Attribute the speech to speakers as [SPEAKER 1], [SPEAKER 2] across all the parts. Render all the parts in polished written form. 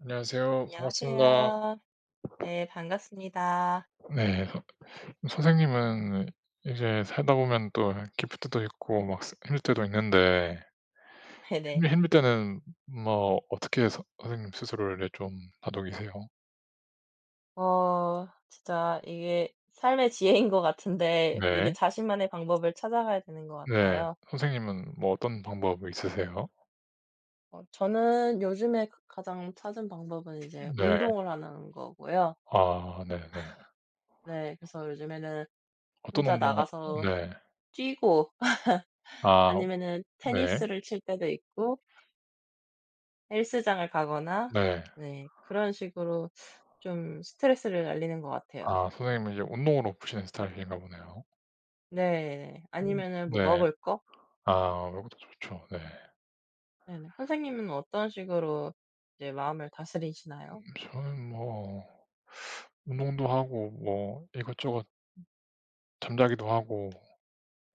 [SPEAKER 1] 안녕하세요. 반갑습니다.
[SPEAKER 2] 안녕하세요. 네, 반갑습니다.
[SPEAKER 1] 네. 서 선생님은 이제 살다 보면 또 기쁠 때도 있고 막 힘들 때도 있는데
[SPEAKER 2] 네네.
[SPEAKER 1] 힘 힘들 때는 뭐 어떻게 서 선생님 스스로를 이제 좀 다독이세요?
[SPEAKER 2] 진짜 이게 삶의 지혜인 것 같은데 이게
[SPEAKER 1] 네.
[SPEAKER 2] 자신만의 방법을 찾아가야 되는 것
[SPEAKER 1] 네.
[SPEAKER 2] 같아요.
[SPEAKER 1] 선생님은 뭐 어떤 방법이 있으세요?
[SPEAKER 2] 저는 요즘에 가장 찾은 방법은 이제
[SPEAKER 1] 네.
[SPEAKER 2] 운동을 하는 거고요.
[SPEAKER 1] 아 네네.
[SPEAKER 2] 네, 그래서 요즘에는
[SPEAKER 1] 어떤
[SPEAKER 2] 혼자
[SPEAKER 1] 운동?
[SPEAKER 2] 나가서
[SPEAKER 1] 네.
[SPEAKER 2] 뛰고
[SPEAKER 1] 아
[SPEAKER 2] 아니면은
[SPEAKER 1] 네.
[SPEAKER 2] 테니스를 칠 때도 있고 헬스장을 가거나
[SPEAKER 1] 네.
[SPEAKER 2] 네, 그런 식으로 좀 스트레스를 날리는 것 같아요.
[SPEAKER 1] 아, 선생님은 이제 운동으로 푸시는 스타일인가 보네요.
[SPEAKER 2] 네, 아니면은 뭐
[SPEAKER 1] 네.
[SPEAKER 2] 먹을 거?
[SPEAKER 1] 아그것도 좋죠. 네.
[SPEAKER 2] 네네. 선생님은 어떤 식으로 이제 마음을 다스리시나요?
[SPEAKER 1] 저는 뭐 운동도 하고 뭐 이것저것 잠자기도 하고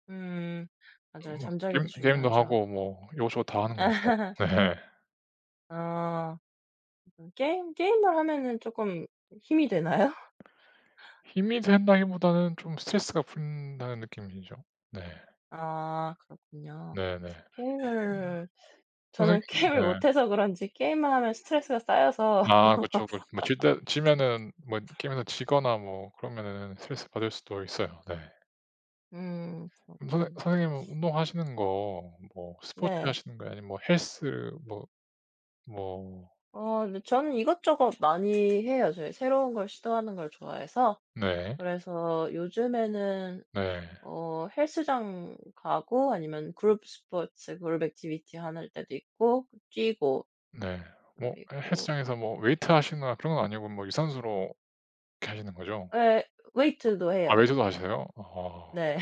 [SPEAKER 2] 음. 맞아요.
[SPEAKER 1] 뭐
[SPEAKER 2] 잠자기도
[SPEAKER 1] 게임도
[SPEAKER 2] 중요하죠.
[SPEAKER 1] 하고 뭐 이것저것 다 하는 것 같아요. 네.
[SPEAKER 2] 어. 그 게임을 하면은 조금 힘이 되나요?
[SPEAKER 1] 힘이 된다기보다는 좀 스트레스가 풀린다는 느낌이죠. 네.
[SPEAKER 2] 아, 그렇군요.
[SPEAKER 1] 네네. 음.
[SPEAKER 2] 게임을 저는
[SPEAKER 1] 선생님.
[SPEAKER 2] 게임을
[SPEAKER 1] 네.
[SPEAKER 2] 못 해서 그런지 게임만 하면 스트레스가 쌓여서
[SPEAKER 1] 아 그쵸. 그 뭐 질 때 지면은 뭐 게임에서 지거나 뭐 그러면은 스트레스 받을 수도 있어요. 네.
[SPEAKER 2] 음,
[SPEAKER 1] 그럼 선생
[SPEAKER 2] 그렇군요.
[SPEAKER 1] 선생님은 운동하시는 거 뭐 스포츠
[SPEAKER 2] 네.
[SPEAKER 1] 하시는 거예요? 아니면 뭐 헬스 뭐 뭐.
[SPEAKER 2] 근데 저는 이것저것 많이 해요. 저희 새로운 걸 시도하는 걸 좋아해서.
[SPEAKER 1] 네.
[SPEAKER 2] 그래서 요즘에는
[SPEAKER 1] 네.
[SPEAKER 2] 어, 헬스장 가고 아니면 그룹 스포츠 그룹 액티비티 하는 때도 있고 뛰고
[SPEAKER 1] 네. 뭐 헬스
[SPEAKER 2] 그리고
[SPEAKER 1] 장에서 뭐 웨이트 하시거나 그런 건 아니고 뭐 유산소로 이렇게 하시는 거죠?
[SPEAKER 2] 예, 웨이트도
[SPEAKER 1] 아,
[SPEAKER 2] 해요.
[SPEAKER 1] 웨이트도
[SPEAKER 2] 네.
[SPEAKER 1] 하세요? 아
[SPEAKER 2] 네.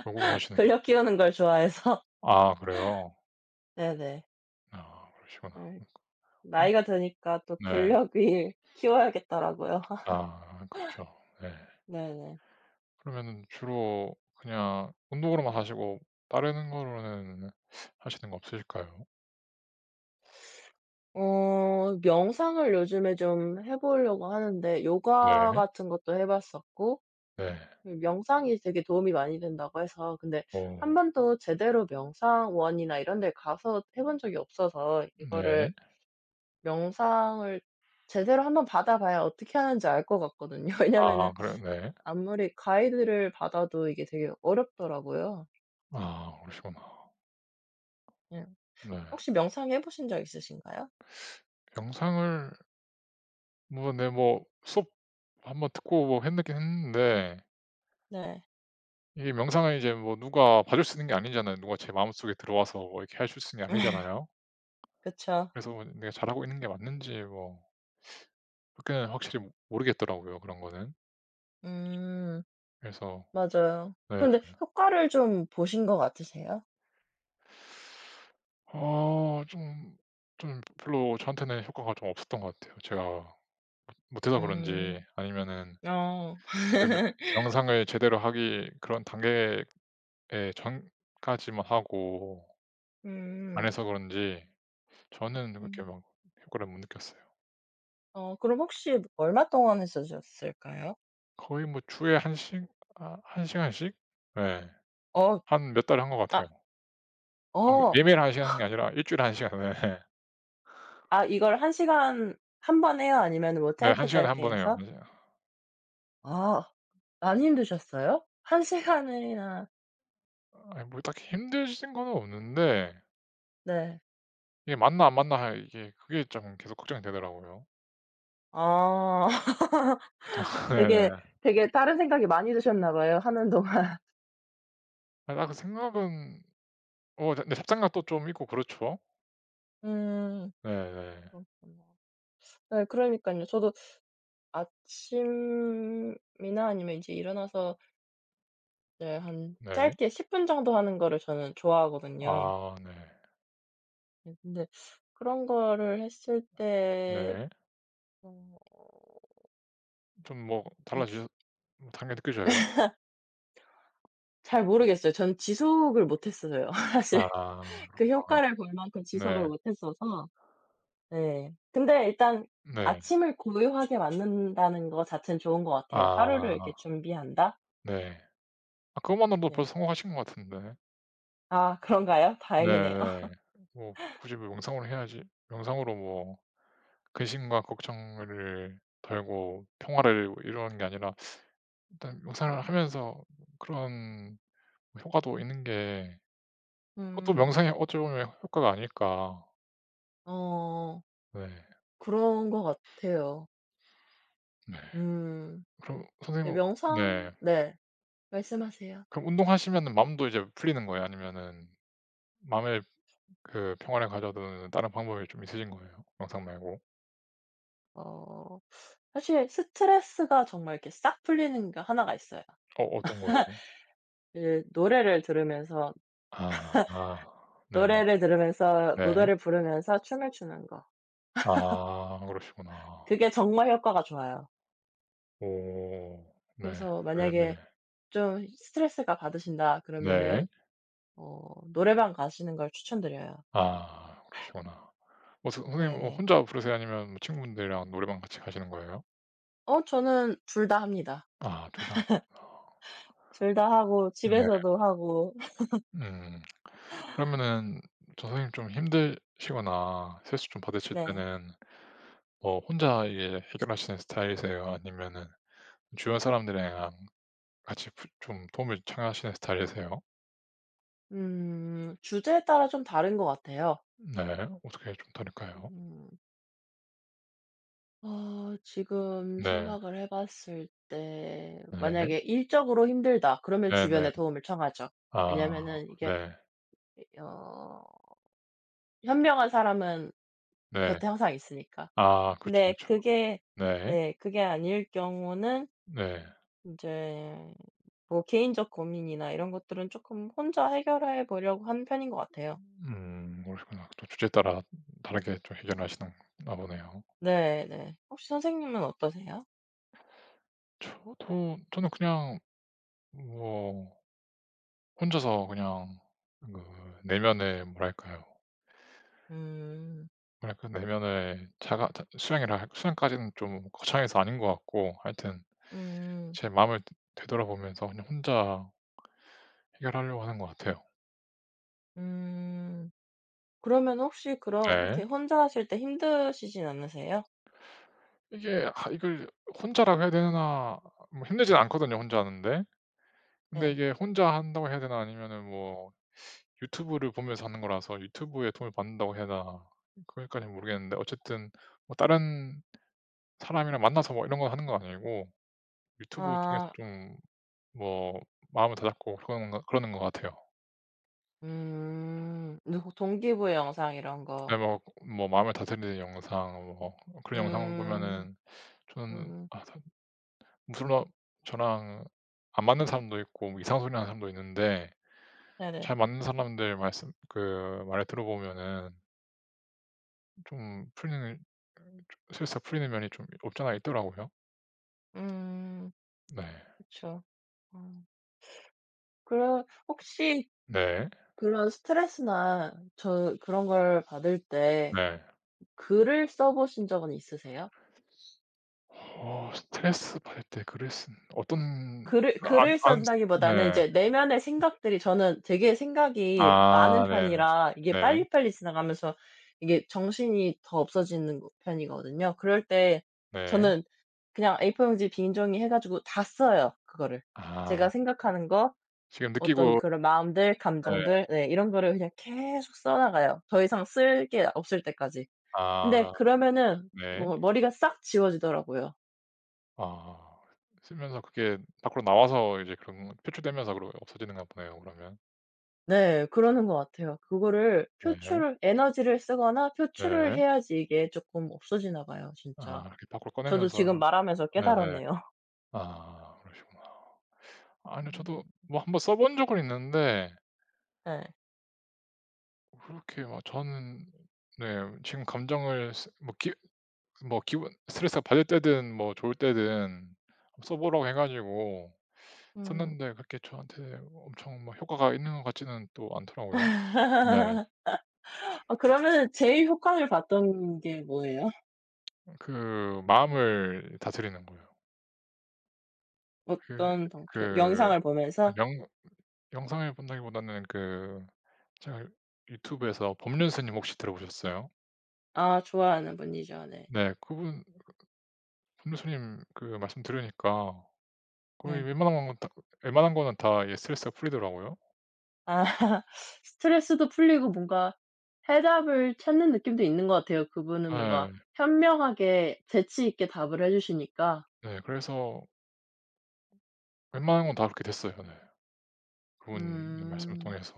[SPEAKER 1] 골고루 하시는.
[SPEAKER 2] 근력 키우는 걸 좋아해서
[SPEAKER 1] 아 그래요?
[SPEAKER 2] 네네.
[SPEAKER 1] 아 그러시구나. 음
[SPEAKER 2] 나이가 드니까 또
[SPEAKER 1] 네.
[SPEAKER 2] 근력이 키워야겠더라고요.
[SPEAKER 1] 아 그렇죠. 네.
[SPEAKER 2] 네네.
[SPEAKER 1] 그러면은 주로 그냥 운동으로만 하시고 다른 거로는 하시는 거 없으실까요?
[SPEAKER 2] 명상을 요즘에 좀 해 보려고 하는데 요가
[SPEAKER 1] 네.
[SPEAKER 2] 같은 것도 해 봤었고
[SPEAKER 1] 네.
[SPEAKER 2] 그 명상이 되게 도움이 많이 된다고 해서. 근데 한
[SPEAKER 1] 어
[SPEAKER 2] 번도 제대로 명상원이나 이런 데 가서 해본 적이 없어서 이거를
[SPEAKER 1] 네.
[SPEAKER 2] 명상을 제대로 한번 받아 봐야 어떻게 하는지 알 것 같거든요. 왜냐면은
[SPEAKER 1] 아 그래요? 네.
[SPEAKER 2] 아무리 가이드를 받아도 이게 되게 어렵더라고요.
[SPEAKER 1] 아 그러시구나.
[SPEAKER 2] 예.
[SPEAKER 1] 네.
[SPEAKER 2] 혹시 명상해 보신 적 있으신가요?
[SPEAKER 1] 영상을 뭐 네 뭐 수업 한번 듣고 뭐 했긴 했는데
[SPEAKER 2] 네.
[SPEAKER 1] 이게 명상은 이제 뭐 누가 봐줄 수 있는 게 아니잖아요. 누가 제 마음속에 들어와서 뭐 이렇게 해줄 수 있는 게 아니잖아요.
[SPEAKER 2] 그쵸.
[SPEAKER 1] 그래서 뭐 내가 잘하고 있는 게 맞는지 뭐 그렇게는 확실히 모르겠더라고요, 그런 거는.
[SPEAKER 2] 음.
[SPEAKER 1] 그래서.
[SPEAKER 2] 맞아요.
[SPEAKER 1] 네.
[SPEAKER 2] 근데 효과를 좀 보신 것 같으세요?
[SPEAKER 1] 어 좀 별로 저한테는 효과가 좀 없었던 것 같아요. 제가 못해서
[SPEAKER 2] 음.
[SPEAKER 1] 그런지 아니면은
[SPEAKER 2] 어.
[SPEAKER 1] 그 명 명상을 제대로 하기 그런 단계에 전까지만 하고 안
[SPEAKER 2] 음.
[SPEAKER 1] 해서 그런지 저는 그렇게
[SPEAKER 2] 음.
[SPEAKER 1] 막 효과를 못 느꼈어요.
[SPEAKER 2] 그럼 혹시 얼마 동안 했으셨을까요?
[SPEAKER 1] 거의 뭐 주에 한 시 아 1시간씩? 예.
[SPEAKER 2] 어.
[SPEAKER 1] 한 몇 달에 한 것
[SPEAKER 2] 아.
[SPEAKER 1] 같아요.
[SPEAKER 2] 어.
[SPEAKER 1] 매일매일 1시간 하는 게 아니라 1주일에 1시간. 네.
[SPEAKER 2] 아, 이걸 한 시간 한 번 해요? 아니면 뭐
[SPEAKER 1] 네한
[SPEAKER 2] 짧게
[SPEAKER 1] 시간에 한
[SPEAKER 2] 짧게
[SPEAKER 1] 번 해요.
[SPEAKER 2] 해서?
[SPEAKER 1] 맞아요.
[SPEAKER 2] 아, 많이 힘드셨어요? 한 시간이나.
[SPEAKER 1] 아니 뭐 딱히 힘드신 건 없는데
[SPEAKER 2] 네.
[SPEAKER 1] 이게 맞나 안 맞나 이게 그게 좀 계속 걱정이 되더라고요.
[SPEAKER 2] 아. 되게,
[SPEAKER 1] 네네.
[SPEAKER 2] 되게 다른 생각이 많이 드셨나 봐요 하는 동안.
[SPEAKER 1] 아, 그 생각은. 어 근데 잡생각도 좀 있고 그렇죠.
[SPEAKER 2] 음,
[SPEAKER 1] 네네.
[SPEAKER 2] 그렇구나. 네, 그러니깐요. 저도 아침이나 아니면 이제 일어나서 이제 한
[SPEAKER 1] 네. 네.
[SPEAKER 2] 짧게 10분 정도 하는 거를 저는 좋아하거든요.
[SPEAKER 1] 아 네.
[SPEAKER 2] 네 근데 그런 거를 했을 때
[SPEAKER 1] 네.
[SPEAKER 2] 어,
[SPEAKER 1] 좀 뭐
[SPEAKER 2] 네,
[SPEAKER 1] 달라지셨 다른 게 느껴져요?
[SPEAKER 2] 잘 모르겠어요. 전 지속을 못 했어요. 사실
[SPEAKER 1] 아
[SPEAKER 2] 그
[SPEAKER 1] 그렇구나.
[SPEAKER 2] 효과를 볼 만큼 지속을
[SPEAKER 1] 네.
[SPEAKER 2] 못 했어서. 네. 근데 일단
[SPEAKER 1] 네.
[SPEAKER 2] 아침을 고요하게 맞는다는 거 자체는 좋은 것 같아요. 하루를 이렇게
[SPEAKER 1] 아
[SPEAKER 2] 준비한다?
[SPEAKER 1] 네. 아 그것만으로도
[SPEAKER 2] 네.
[SPEAKER 1] 벌써 성공하신 것 같은데.
[SPEAKER 2] 아, 그런가요? 다행이네요.
[SPEAKER 1] 네네. 뭐 굳이 뭐 명상으로 해야지, 명상으로 뭐 근심과 걱정을 덜고 평화를 이루는 게 아니라 일단 명상을 하면서 그런 효과도 있는 게, 그것도
[SPEAKER 2] 음.
[SPEAKER 1] 명상의 어찌 보면 효과가 아닐까.
[SPEAKER 2] 어,
[SPEAKER 1] 네.
[SPEAKER 2] 그런 것 같아요.
[SPEAKER 1] 네.
[SPEAKER 2] 음.
[SPEAKER 1] 그럼
[SPEAKER 2] 네,
[SPEAKER 1] 선생님은.
[SPEAKER 2] 명상.
[SPEAKER 1] 네.
[SPEAKER 2] 네. 말씀하세요.
[SPEAKER 1] 그럼 운동하시면은 마음도 이제 풀리는 거예요? 아니면은 마음의 그 평화를 가져오는 다른 방법이 좀 있으신 거예요? 명상 말고?
[SPEAKER 2] 어. 사실 스트레스가 정말 이렇게 싹 풀리는 게 하나가 있어요.
[SPEAKER 1] 어 어떤 거예요?
[SPEAKER 2] 그 노래를 들으면서
[SPEAKER 1] 아. 아. 네.
[SPEAKER 2] 노래를 들으면서
[SPEAKER 1] 네.
[SPEAKER 2] 노래를 부르면서 춤을 추는 거.
[SPEAKER 1] 아 그러시구나.
[SPEAKER 2] 그게 정말 효과가 좋아요.
[SPEAKER 1] 오. 네.
[SPEAKER 2] 그래서 만약에
[SPEAKER 1] 네네.
[SPEAKER 2] 좀 스트레스가 받으신다
[SPEAKER 1] 네.
[SPEAKER 2] 그러면은
[SPEAKER 1] 네.
[SPEAKER 2] 노래방 가시는 걸 추천드려요.
[SPEAKER 1] 아 그러시구나. 어 서 선생님 어
[SPEAKER 2] 네네.
[SPEAKER 1] 혼자 부르세요? 아니면 뭐 친구분들이랑 노래방 같이 가시는 거예요?
[SPEAKER 2] 어, 저는 둘 다 합니다.
[SPEAKER 1] 아 둘다시.
[SPEAKER 2] 둘 다 하고
[SPEAKER 1] 네.
[SPEAKER 2] 집에서도 하고.
[SPEAKER 1] 음. 그러면은 저 선생님 좀 힘드시거나 스트레스 좀 받으실
[SPEAKER 2] 네.
[SPEAKER 1] 때는 뭐 혼자 이게 해결하시는 스타일이세요? 아니면은 주변 사람들이랑 같이 부 좀 도움을 청하시는 스타일이세요?
[SPEAKER 2] 음, 주제에 따라 좀 다른 것 같아요.
[SPEAKER 1] 네. 어떻게 좀 다를까요?
[SPEAKER 2] 음. 어, 지금
[SPEAKER 1] 네.
[SPEAKER 2] 생각을 해 봤을 때
[SPEAKER 1] 네.
[SPEAKER 2] 만약에 일적으로 힘들다 그러면
[SPEAKER 1] 네네.
[SPEAKER 2] 주변에 도움을 청하죠.
[SPEAKER 1] 아
[SPEAKER 2] 왜냐면은 이게
[SPEAKER 1] 네.
[SPEAKER 2] 어, 현명한 사람은
[SPEAKER 1] 네.
[SPEAKER 2] 곁에 항상 있으니까.
[SPEAKER 1] 아 그렇죠, 그렇
[SPEAKER 2] 근데
[SPEAKER 1] 죠
[SPEAKER 2] 그게
[SPEAKER 1] 네.
[SPEAKER 2] 예, 그게 아닐 경우는
[SPEAKER 1] 네.
[SPEAKER 2] 이제 뭐 개인적 고민이나 이런 것들은 조금 혼자 해결해 보려고 하는 편인 것 같아요.
[SPEAKER 1] 그러시구나. 또 주제에 따라 다르게 좀 해결하시는 나 보네요.
[SPEAKER 2] 네네. 혹시 선생님은 어떠세요?
[SPEAKER 1] 저도. 저는 그냥 뭐 혼자서 그냥 그 내면의 뭐랄까요?
[SPEAKER 2] 음.
[SPEAKER 1] 뭐랄까, 내면의 자가 자 수양이라 할. 수양까지는 좀 거창해서 아닌 것 같고 하여튼
[SPEAKER 2] 음.
[SPEAKER 1] 제 마음을 되 되돌아보면서 그냥 혼자 해결하려고 하는 것 같아요.
[SPEAKER 2] 음. 그러면 혹시 그렇게
[SPEAKER 1] 네.
[SPEAKER 2] 혼자 하실 때 힘드시진 않으세요?
[SPEAKER 1] 이게 아 이걸 혼자라고 해야 되나. 뭐 힘들진 않거든요 혼자 하는데. 근데
[SPEAKER 2] 네.
[SPEAKER 1] 이게 혼자 한다고 해야 되나 아니면은 뭐 유튜브를 보면서 하는 거라서 유튜브에 도움을 받는다고 해야 되나 그거까진 모르겠는데 어쨌든 뭐 다른 사람이랑 만나서 뭐 이런 거 하는 거 아니고 유튜브 중에서
[SPEAKER 2] 아.
[SPEAKER 1] 좀 뭐 마음을 다잡고 그러는 것 같아요.
[SPEAKER 2] 음. 누구 동기부여 영상 이런 거.
[SPEAKER 1] 네 뭐 뭐 마음을 다스리는 영상 뭐 그런 영상을
[SPEAKER 2] 음.
[SPEAKER 1] 보면은 저는
[SPEAKER 2] 음.
[SPEAKER 1] 아 참 물론 저랑 안 맞는 사람도 있고 뭐 이상한 소리 하는 사람도 있는데
[SPEAKER 2] 네네.
[SPEAKER 1] 잘 맞는 사람들 말씀, 그 말을 들어보면은 좀 풀리는 스트레스가 풀리는 면이 좀 없잖아 있더라고요.
[SPEAKER 2] 음.
[SPEAKER 1] 네.
[SPEAKER 2] 그쵸. 음. 그럼 혹시
[SPEAKER 1] 네.
[SPEAKER 2] 그런 스트레스나 저 그런 걸 받을 때
[SPEAKER 1] 네.
[SPEAKER 2] 글을 써 보신 적은 있으세요?
[SPEAKER 1] 어 스트레스 받을 때 글을 쓴 어떤.
[SPEAKER 2] 글을
[SPEAKER 1] 안
[SPEAKER 2] 글을
[SPEAKER 1] 안
[SPEAKER 2] 쓴다기보다는
[SPEAKER 1] 네.
[SPEAKER 2] 이제 내면의 생각들이 저는 되게 생각이 많은
[SPEAKER 1] 아 네네.
[SPEAKER 2] 편이라 이게
[SPEAKER 1] 네.
[SPEAKER 2] 빨리빨리 지나가면서 이게 정신이 더 없어지는 거 편이거든요. 그럴 때
[SPEAKER 1] 네.
[SPEAKER 2] 저는 그냥 A4 용지 빈종이 해 가지고 다 써요, 그거를. 제가
[SPEAKER 1] 아
[SPEAKER 2] 생각하는 거
[SPEAKER 1] 지금
[SPEAKER 2] 어떤
[SPEAKER 1] 느끼고.
[SPEAKER 2] 그런 마음들,
[SPEAKER 1] 네.
[SPEAKER 2] 감정들, 네, 이런 거를 그냥 계속 써 나가요, 더 이상 쓸 게 없을 때까지. 근데
[SPEAKER 1] 아
[SPEAKER 2] 그러면은
[SPEAKER 1] 네.
[SPEAKER 2] 정말 머리가 싹 지워지더라고요.
[SPEAKER 1] 아 쓰면서 그게 밖으로 나와서 이제 그런 표출되면서 그러 없어지는가 보네요, 그러면.
[SPEAKER 2] 네. 그러는 것 같아요. 그거를
[SPEAKER 1] 네.
[SPEAKER 2] 표출을 에너지를 쓰거나 표출을
[SPEAKER 1] 네.
[SPEAKER 2] 해야지 이게 쪼끔 없어지나 봐요
[SPEAKER 1] 아
[SPEAKER 2] 진짜.
[SPEAKER 1] 이렇게 밖으로
[SPEAKER 2] 저도 지금
[SPEAKER 1] 꺼내면서.
[SPEAKER 2] 말하면서
[SPEAKER 1] 네네.
[SPEAKER 2] 깨달았네요.
[SPEAKER 1] 아 그러시구나. 아니요.
[SPEAKER 2] 음.
[SPEAKER 1] 저도 뭐 한번 써본 적은 있는데
[SPEAKER 2] 네.
[SPEAKER 1] 그렇게 막 저는 네. 지금 감정을 쓰 뭐 기 뭐 기분, 스트레스가 받을 때든 뭐 좋을 때든 써 보라고 해 가지고
[SPEAKER 2] 음.
[SPEAKER 1] 썼는데 그렇게 저한테 엄청 뭐 효과가 있는 것 같지는 또 않더라고요. 네.
[SPEAKER 2] 아, 그러면은 제일 효과를 봤던 게 뭐예요?
[SPEAKER 1] 그 마음을 다스리는 거예요. 그
[SPEAKER 2] 어떤
[SPEAKER 1] 그
[SPEAKER 2] 방토 영상을
[SPEAKER 1] 아
[SPEAKER 2] 보면서?
[SPEAKER 1] 영 영상을 본다기보다는 그 제가 유튜브에서 법륜스님 혹시 들어보셨어요?
[SPEAKER 2] 아, 좋아하는 분이죠. 네.
[SPEAKER 1] 네. 그분, 법륜스님 그 말씀 들으니까 거의
[SPEAKER 2] 네.
[SPEAKER 1] 웬만한 거는 다 이게 스트레스가 풀리더라고요.
[SPEAKER 2] 아. 스트레스도 풀리고 뭔가 해답을 찾는 느낌도 있는 것 같아요. 그분은 뭔가
[SPEAKER 1] 예.
[SPEAKER 2] 현명하게 재치 있게 답을 해 주시니까.
[SPEAKER 1] 네. 그래서 웬만한 건 다 그렇게 됐어요. 네. 그분의 말씀을
[SPEAKER 2] 음.
[SPEAKER 1] 통해서.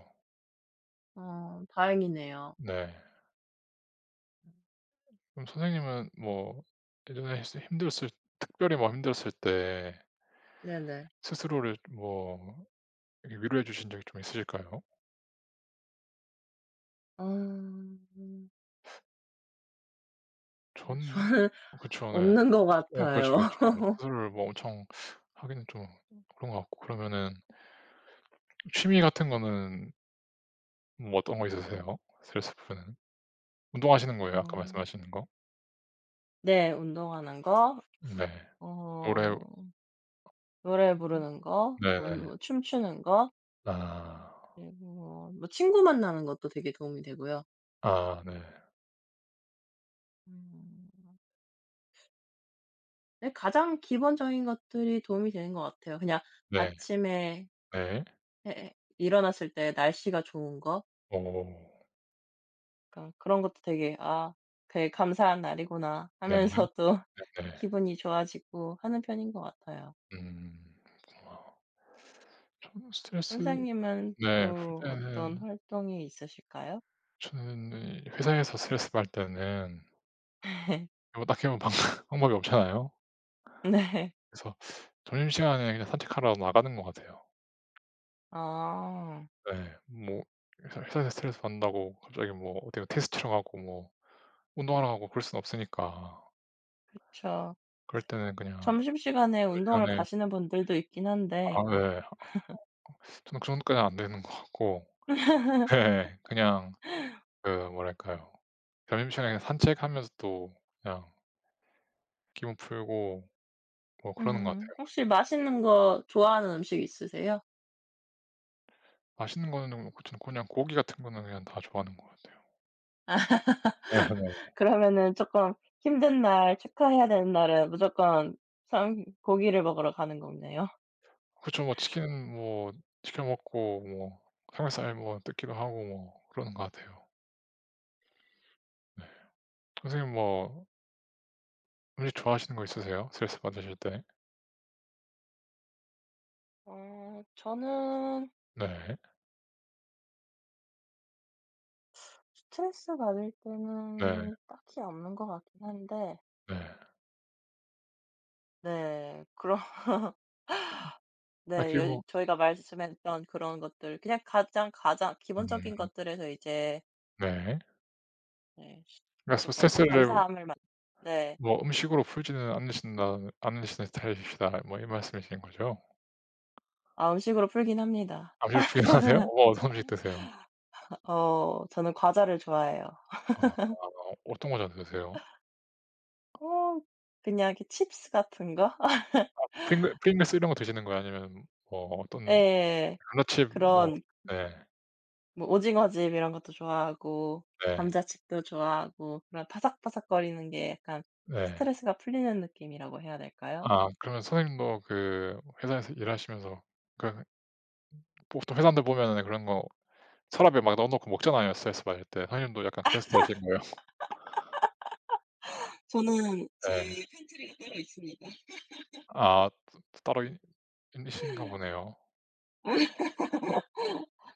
[SPEAKER 2] 어, 다행이네요.
[SPEAKER 1] 네. 그럼 선생님은 뭐 예전에 스 힘들었을 특별히 뭐 힘들었을 때
[SPEAKER 2] 네네.
[SPEAKER 1] 스스로를 뭐 이렇게 위로해 주신 적이 좀 있으실까요?
[SPEAKER 2] 어. 어,
[SPEAKER 1] 전.
[SPEAKER 2] 저는
[SPEAKER 1] 그쵸. 네.
[SPEAKER 2] 없는 것
[SPEAKER 1] 어 그렇죠,
[SPEAKER 2] 같아요.
[SPEAKER 1] 그렇죠. 뭐 스스로를 뭐 엄청 하기는 좀 그런 것 같고 그러면은 취미 같은 거는 뭐 어떤 거 있으세요? 스트레스 푸는. 운동하시는 거예요? 아까
[SPEAKER 2] 어,
[SPEAKER 1] 말씀하시는 거?
[SPEAKER 2] 네, 운동하는 거,
[SPEAKER 1] 네. 노래.
[SPEAKER 2] 어, 노래 부르는 거, 뭐
[SPEAKER 1] 네네.
[SPEAKER 2] 뭐 춤추는 거,
[SPEAKER 1] 아.
[SPEAKER 2] 그리고 뭐 뭐 친구 만나는 것도 되게 도움이 되고요.
[SPEAKER 1] 아 네.
[SPEAKER 2] 음. 네, 가장 기본적인 것들이 도움이 되는 것 같아요. 그냥
[SPEAKER 1] 네.
[SPEAKER 2] 아침에
[SPEAKER 1] 네.
[SPEAKER 2] 일어났을 때 날씨가 좋은 거.
[SPEAKER 1] 어.
[SPEAKER 2] 그러니까 그런 것도 되게 '아, 되게 감사한 날이구나.'
[SPEAKER 1] 네.
[SPEAKER 2] 하면서 또
[SPEAKER 1] 네.
[SPEAKER 2] 기분이 좋아지고 하는 편인 것 같아요.
[SPEAKER 1] 음. 그렇구나. 저는 스트레스.
[SPEAKER 2] 선생님은
[SPEAKER 1] 네. 풀
[SPEAKER 2] 또 어떤
[SPEAKER 1] 때는
[SPEAKER 2] 활동이 있으실까요?
[SPEAKER 1] 저는 이 회사에서 스트레스 받을 때는 뭐 딱히 뭐 방 방법이 없잖아요.
[SPEAKER 2] 네.
[SPEAKER 1] 그래서 점심시간에 그냥 산책하러 나가는 것 같아요.
[SPEAKER 2] 아,
[SPEAKER 1] 네. 뭐 회사에서 스트레스 받는다고 갑자기 뭐 어디 테스트 치러 가고 뭐 운동하러 가고 그럴 순 없으니까.
[SPEAKER 2] 그쵸.
[SPEAKER 1] 그럴 때는 그냥
[SPEAKER 2] 점심시간에 운동을
[SPEAKER 1] 점심시간에.
[SPEAKER 2] 가시는 분들도 있긴
[SPEAKER 1] 아
[SPEAKER 2] 한데.
[SPEAKER 1] 예. 저는 그 정도까지는 안 되는 것 같고. 예. 예. 그냥 그 뭐랄까요. 점심시간에 산책하면서 또 그냥 기분 풀고 뭐 그러는 것
[SPEAKER 2] 음,
[SPEAKER 1] 같아요.
[SPEAKER 2] 혹시 맛있는 거 좋아하는 음식 있으세요?
[SPEAKER 1] 맛있는 거는 좀 그렇고 저는 그냥 고기 같은 거는 그냥 다 좋아하는 것 같아요. 네네.
[SPEAKER 2] 그러면은 조금 힘든 날 체크해야 되는 날은 무조건 삼 고기를 먹으러 가는 거네요.
[SPEAKER 1] 그쵸. 뭐 치킨 뭐 시켜 먹고 뭐 삼겹살 뭐 뜯기도 하고 뭐 그러는 것 같아요. 네. 선생님 뭐 음식 좋아하시는 거 있으세요? 스트레스 받으실 때?
[SPEAKER 2] 어, 저는
[SPEAKER 1] 네.
[SPEAKER 2] 스트레스 받을
[SPEAKER 1] 네.
[SPEAKER 2] 때는 딱히 없는 것 같긴 한데.
[SPEAKER 1] 네.
[SPEAKER 2] 네, 그런 네.
[SPEAKER 1] 딱히
[SPEAKER 2] 여
[SPEAKER 1] 뭐.
[SPEAKER 2] 저희가 말씀했던 그런 것들 그냥 가장 기본적인
[SPEAKER 1] 음
[SPEAKER 2] 것들에서 이제
[SPEAKER 1] 네.
[SPEAKER 2] 네
[SPEAKER 1] 그러니까 뭐
[SPEAKER 2] 금
[SPEAKER 1] 스트레스를
[SPEAKER 2] 감사함을 만 네.
[SPEAKER 1] 뭐 음식으로 풀지는 않으신다 않으시는 스타일이시다, 뭐 이 말씀이신 거죠?
[SPEAKER 2] 아, 음식으로 풀긴 합니다.
[SPEAKER 1] 감시를 부인하세요? 어 어떤 음식 드세요?
[SPEAKER 2] 어, 저는 과자를 좋아해요.
[SPEAKER 1] 아 어떤 거 자주 드세요?
[SPEAKER 2] 어, 그냥 이렇게 칩스 같은 거?
[SPEAKER 1] 프링글스 이런 거 드시는 거예요? 아니면 뭐 어떤
[SPEAKER 2] 예.
[SPEAKER 1] 감자칩 뭐.
[SPEAKER 2] 그런
[SPEAKER 1] 네.
[SPEAKER 2] 뭐 오징어집 이런 것도 좋아하고
[SPEAKER 1] 네.
[SPEAKER 2] 감자칩도 좋아하고 그런 바삭바삭거리는 게 약간
[SPEAKER 1] 네.
[SPEAKER 2] 스트레스가 풀리는 느낌이라고 해야 될까요?
[SPEAKER 1] 아 그러면 선생님도 그 회사에서 일하시면서 그 보통 회사원들 보면은 그런 거 서랍에 막 넣어 놓고 먹잖아요, 스트레스 받을 때. 선생님도 약간 그런 스타일이신 거예요?
[SPEAKER 2] 저는 제
[SPEAKER 1] 네.
[SPEAKER 2] 팬트리가 따로 있습니다.
[SPEAKER 1] 아 따 따로 있 있으신가 보네요.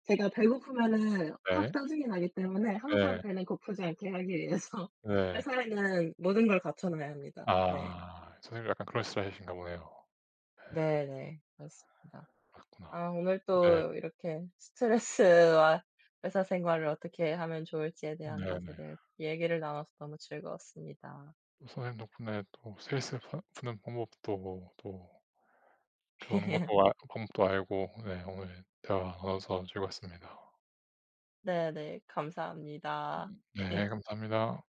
[SPEAKER 2] 제가 배고프면은 확
[SPEAKER 1] 네.
[SPEAKER 2] 짜증이 나기 때문에 항상
[SPEAKER 1] 네.
[SPEAKER 2] 배는 고프지 않게 하기 위해서
[SPEAKER 1] 네.
[SPEAKER 2] 회사에는 모든 걸 갖춰 놔야 합니다. 네.
[SPEAKER 1] 아. 선생님 약간 그런 스타일이신가 보네요. 네,
[SPEAKER 2] 네네. 맞습니다.
[SPEAKER 1] 그렇구나.
[SPEAKER 2] 아, 오늘
[SPEAKER 1] 네.
[SPEAKER 2] 또 이렇게 스트레스와 회사 생활을 어떻게 하면 좋을지에 대한 것에
[SPEAKER 1] 네네.
[SPEAKER 2] 대해 얘기를 나눠서 너무 즐거웠습니다.
[SPEAKER 1] 또 선생님 덕분에 또 세일스 푸 푸는 방법도 또 좋은 것도 아 방법도 알고 네 오늘 대화 나눠서 즐거웠습니다.
[SPEAKER 2] 네네. 감사합니다.
[SPEAKER 1] 네 감사합니다.